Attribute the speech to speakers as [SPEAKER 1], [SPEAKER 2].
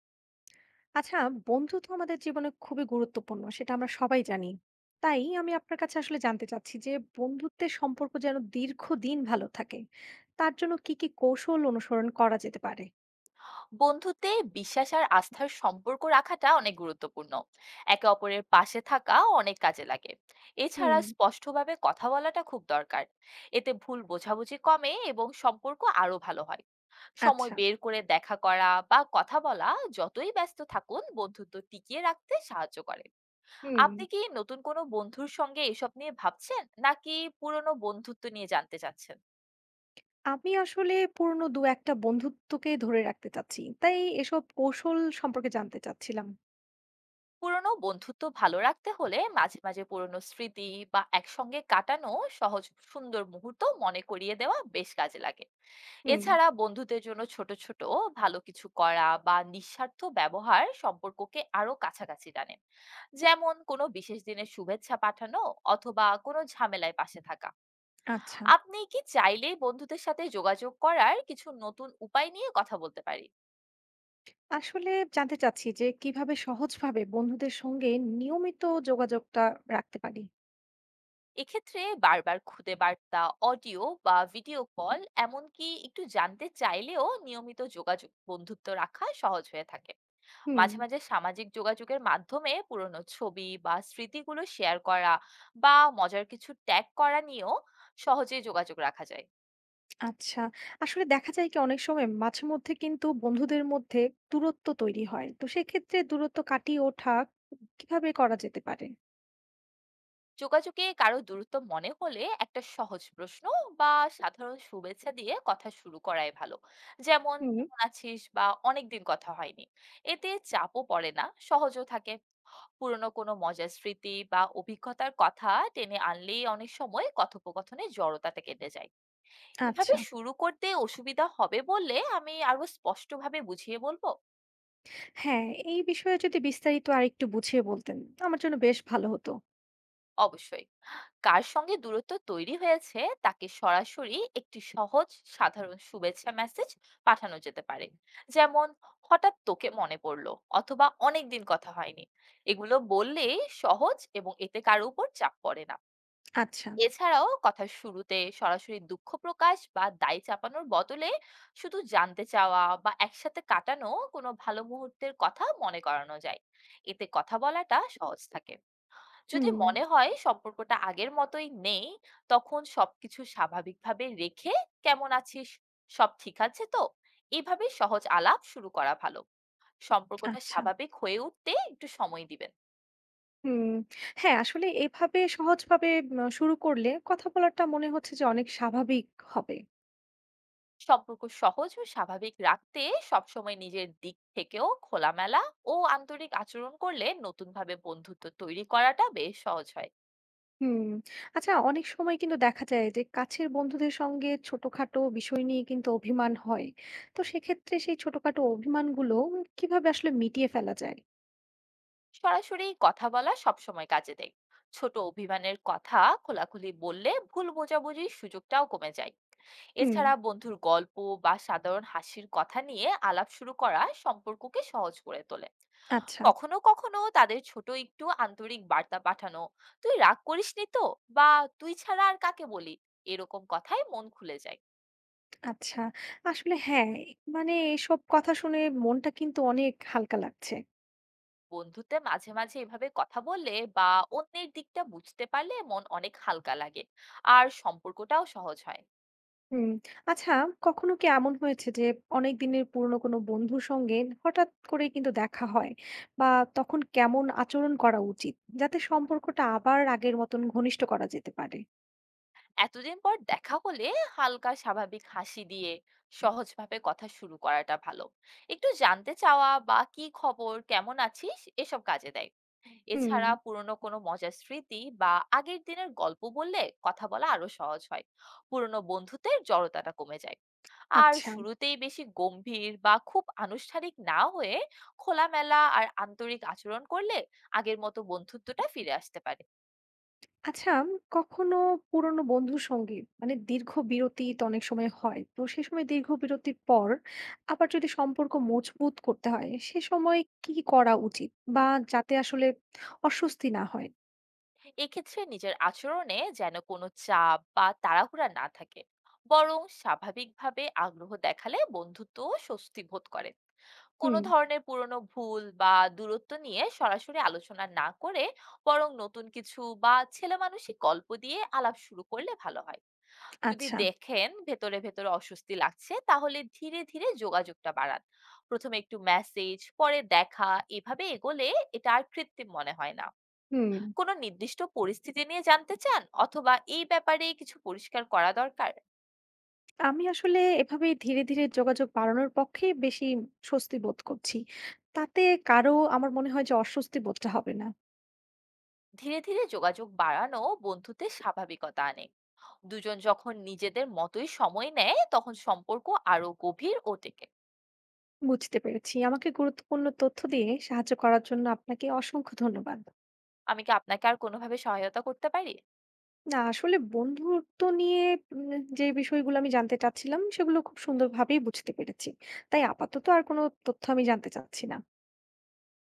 [SPEAKER 1] আচ্ছা, বন্ধু তো আমাদের জীবনে খুবই গুরুত্বপূর্ণ, সেটা আমরা সবাই জানি। তাই আমি আপনার কাছে আসলে জানতে চাচ্ছি যে বন্ধুত্বের সম্পর্ক যেন দীর্ঘদিন ভালো থাকে, তার জন্য কি কি কৌশল অনুসরণ করা যেতে পারে?
[SPEAKER 2] বন্ধুত্বে বিশ্বাস আর আস্থার সম্পর্ক রাখাটা অনেক গুরুত্বপূর্ণ। একে অপরের পাশে থাকা অনেক কাজে লাগে।
[SPEAKER 1] হুম।
[SPEAKER 2] এছাড়া স্পষ্টভাবে কথা বলাটা খুব দরকার। এতে ভুল বোঝাবুঝি কমে এবং সম্পর্ক আরো ভালো হয়। সময়
[SPEAKER 1] আচ্ছা।
[SPEAKER 2] বের করে দেখা করা বা কথা বলা, যতই ব্যস্ত থাকুন, বন্ধুত্ব টিকিয়ে রাখতে সাহায্য করে।
[SPEAKER 1] হুম।
[SPEAKER 2] আপনি কি নতুন কোনো বন্ধুর সঙ্গে এসব নিয়ে ভাবছেন, নাকি পুরনো বন্ধুত্ব নিয়ে জানতে চাচ্ছেন?
[SPEAKER 1] আমি আসলে পুরনো দু একটা বন্ধুত্বকে ধরে রাখতে চাচ্ছি, তাই এসব কৌশল সম্পর্কে জানতে চাচ্ছিলাম।
[SPEAKER 2] পুরনো বন্ধুত্ব ভালো রাখতে হলে মাঝে মাঝে পুরনো স্মৃতি বা একসঙ্গে কাটানো সহজ সুন্দর মুহূর্ত মনে করিয়ে দেওয়া বেশ কাজে লাগে।
[SPEAKER 1] হুম।
[SPEAKER 2] এছাড়া বন্ধুদের জন্য ছোট ছোট ভালো কিছু করা বা নিঃস্বার্থ ব্যবহার সম্পর্ককে আরো কাছাকাছি টানে, যেমন কোনো বিশেষ দিনের শুভেচ্ছা পাঠানো অথবা কোনো ঝামেলায় পাশে থাকা।
[SPEAKER 1] আচ্ছা।
[SPEAKER 2] আপনি কি চাইলেই বন্ধুদের সাথে যোগাযোগ করার কিছু নতুন উপায় নিয়ে কথা বলতে পারি।
[SPEAKER 1] আসলে জানতে চাচ্ছি যে কিভাবে সহজভাবে বন্ধুদের সঙ্গে নিয়মিত যোগাযোগটা রাখতে পারি।
[SPEAKER 2] এক্ষেত্রে বারবার খুদে বার্তা, অডিও বা ভিডিও কল, এমনকি একটু জানতে চাইলেও নিয়মিত যোগাযোগ বন্ধুত্ব রাখা সহজ হয়ে থাকে।
[SPEAKER 1] হুম।
[SPEAKER 2] মাঝে মাঝে সামাজিক যোগাযোগের মাধ্যমে পুরনো ছবি বা স্মৃতিগুলো শেয়ার করা বা মজার কিছু ট্যাগ করা নিয়েও সহজে যোগাযোগ রাখা যায়।
[SPEAKER 1] আচ্ছা। আসলে দেখা যায় কি অনেক সময় মাঝেমধ্যে কিন্তু বন্ধুদের মধ্যে দূরত্ব তৈরি হয়। তো সেক্ষেত্রে দূরত্ব কাটিয়ে ওঠা কিভাবে করা যেতে পারে?
[SPEAKER 2] যোগাযোগে কারো দূরত্ব মনে হলে একটা সহজ প্রশ্ন বা সাধারণ শুভেচ্ছা দিয়ে কথা শুরু করাই ভালো, যেমন
[SPEAKER 1] হুম।
[SPEAKER 2] কেমন আছিস বা অনেকদিন কথা হয়নি। এতে চাপও পড়ে না, সহজও থাকে। পুরনো কোনো মজার স্মৃতি বা অভিজ্ঞতার কথা টেনে আনলেই অনেক সময় কথোপকথনে জড়তাটা কেটে যায়। এভাবে
[SPEAKER 1] আচ্ছা।
[SPEAKER 2] শুরু করতে অসুবিধা হবে বললে আমি আরো স্পষ্টভাবে বুঝিয়ে বলবো।
[SPEAKER 1] হ্যাঁ, এই বিষয়ে যদি বিস্তারিত আরেকটু বুঝিয়ে বলতেন, আমার জন্য বেশ ভালো হতো।
[SPEAKER 2] অবশ্যই, কার সঙ্গে দূরত্ব তৈরি হয়েছে তাকে সরাসরি একটি সহজ সাধারণ শুভেচ্ছা মেসেজ পাঠানো যেতে পারে, যেমন হঠাৎ তোকে মনে পড়লো, অথবা অনেকদিন কথা হয়নি। এগুলো বললে সহজ, এবং এতে কারো উপর চাপ পড়ে না।
[SPEAKER 1] আচ্ছা।
[SPEAKER 2] এছাড়াও কথার শুরুতে সরাসরি দুঃখ প্রকাশ বা দায় চাপানোর বদলে শুধু জানতে চাওয়া বা একসাথে কাটানো কোনো ভালো মুহূর্তের কথা মনে করানো যায়। এতে কথা বলাটা সহজ থাকে। যদি
[SPEAKER 1] হুম।
[SPEAKER 2] মনে হয় সম্পর্কটা আগের মতোই নেই, তখন সবকিছু স্বাভাবিকভাবে রেখে কেমন আছিস, সব ঠিক আছে তো, এভাবে সহজ আলাপ শুরু করা ভালো। সম্পর্কটা
[SPEAKER 1] আচ্ছা।
[SPEAKER 2] স্বাভাবিক হয়ে উঠতে একটু সময় দিবেন।
[SPEAKER 1] হুম। হ্যাঁ, আসলে এভাবে সহজভাবে শুরু করলে কথা বলাটা মনে হচ্ছে যে অনেক স্বাভাবিক হবে।
[SPEAKER 2] সম্পর্ক সহজ ও স্বাভাবিক রাখতে সবসময় নিজের দিক থেকেও খোলামেলা ও আন্তরিক আচরণ করলে নতুনভাবে বন্ধুত্ব তৈরি করাটা বেশ সহজ হয়।
[SPEAKER 1] হুম। আচ্ছা, অনেক সময় কিন্তু দেখা যায় যে কাছের বন্ধুদের সঙ্গে ছোটখাটো বিষয় নিয়ে কিন্তু অভিমান হয়। তো সেক্ষেত্রে সেই ছোটখাটো অভিমানগুলো কিভাবে আসলে মিটিয়ে ফেলা যায়?
[SPEAKER 2] সরাসরি কথা বলা সবসময় কাজে দেয়। ছোট অভিমানের কথা খোলাখুলি বললে ভুল বোঝাবুঝির সুযোগটাও কমে যায়।
[SPEAKER 1] হুম।
[SPEAKER 2] এছাড়া বন্ধুর গল্প বা সাধারণ হাসির কথা নিয়ে আলাপ শুরু করা সম্পর্ককে সহজ করে তোলে।
[SPEAKER 1] আচ্ছা,
[SPEAKER 2] কখনো কখনো তাদের ছোট একটু আন্তরিক বার্তা পাঠানো, তুই রাগ করিসনি তো, বা তুই ছাড়া আর কাকে বলি, এরকম কথায় মন খুলে যায়।
[SPEAKER 1] আচ্ছা। আসলে হ্যাঁ, মানে এসব কথা শুনে মনটা কিন্তু অনেক হালকা লাগছে।
[SPEAKER 2] বন্ধুতে মাঝে মাঝে এভাবে কথা বললে বা অন্যের দিকটা বুঝতে পারলে মন অনেক হালকা লাগে, আর সম্পর্কটাও সহজ হয়।
[SPEAKER 1] হুম। আচ্ছা, কখনো কি এমন হয়েছে যে অনেক দিনের পুরনো কোনো বন্ধুর সঙ্গে হঠাৎ করে কিন্তু দেখা হয় বা তখন কেমন আচরণ করা উচিত? যাতে সম্পর্কটা আবার আগের মতন ঘনিষ্ঠ করা যেতে পারে?
[SPEAKER 2] এতদিন পর দেখা হলে হালকা স্বাভাবিক হাসি দিয়ে সহজভাবে কথা শুরু করাটা ভালো। একটু জানতে চাওয়া বা কি খবর, কেমন আছিস, এসব কাজে দেয়।
[SPEAKER 1] হুম।
[SPEAKER 2] এছাড়া পুরনো কোনো মজার স্মৃতি বা আগের দিনের গল্প বললে কথা বলা আরো সহজ হয়, পুরনো বন্ধুত্বের জড়তাটা কমে যায়। আর
[SPEAKER 1] আচ্ছা।
[SPEAKER 2] শুরুতেই বেশি গম্ভীর বা খুব আনুষ্ঠানিক না হয়ে খোলামেলা আর আন্তরিক আচরণ করলে আগের মতো বন্ধুত্বটা ফিরে আসতে পারে।
[SPEAKER 1] আচ্ছা, কখনো পুরনো বন্ধুর সঙ্গে মানে দীর্ঘ বিরতি তো অনেক সময় হয়। তো সে সময় দীর্ঘ বিরতির পর আবার যদি সম্পর্ক মজবুত করতে হয়, সে সময় কি কি করা উচিত? বা যাতে আসলে অস্বস্তি না হয়?
[SPEAKER 2] এক্ষেত্রে নিজের আচরণে যেন কোনো চাপ বা তাড়াহুড়া না থাকে, বরং স্বাভাবিকভাবে আগ্রহ দেখালে বন্ধুত্ব স্বস্তি বোধ করে। কোনো
[SPEAKER 1] হুম।
[SPEAKER 2] ধরনের পুরনো ভুল বা দূরত্ব নিয়ে সরাসরি আলোচনা না করে বরং নতুন কিছু বা ছেলেমানুষি গল্প দিয়ে আলাপ শুরু করলে ভালো হয়। যদি
[SPEAKER 1] আচ্ছা।
[SPEAKER 2] দেখেন ভেতরে ভেতরে অস্বস্তি লাগছে তাহলে ধীরে ধীরে যোগাযোগটা বাড়ান। প্রথমে একটু মেসেজ, পরে দেখা, এভাবে এগোলে এটা আর কৃত্রিম মনে হয় না।
[SPEAKER 1] হুম,
[SPEAKER 2] কোনো নির্দিষ্ট পরিস্থিতি নিয়ে জানতে চান অথবা এই ব্যাপারে কিছু পরিষ্কার করা দরকার।
[SPEAKER 1] আমি আসলে এভাবে ধীরে, ধীরে যোগাযোগ বাড়ানোর পক্ষে বেশি স্বস্তি বোধ করছি। তাতে কারো আমার মনে হয় যে অস্বস্তি বোধটা হবে না।
[SPEAKER 2] ধীরে ধীরে যোগাযোগ বাড়ানো বন্ধুত্বের স্বাভাবিকতা আনে। দুজন যখন নিজেদের মতোই সময় নেয় তখন সম্পর্ক আরো গভীর ও টেকে।
[SPEAKER 1] বুঝতে পেরেছি। আমাকে গুরুত্বপূর্ণ তথ্য দিয়ে সাহায্য করার জন্য আপনাকে অসংখ্য ধন্যবাদ।
[SPEAKER 2] আমি কি আপনাকে আর কোনোভাবে সহায়তা করতে পারি?
[SPEAKER 1] না আসলে বন্ধুত্ব নিয়ে উম যে বিষয়গুলো আমি জানতে চাচ্ছিলাম সেগুলো খুব সুন্দরভাবেই বুঝতে পেরেছি। তাই আপাতত আর কোনো তথ্য আমি জানতে চাচ্ছি না।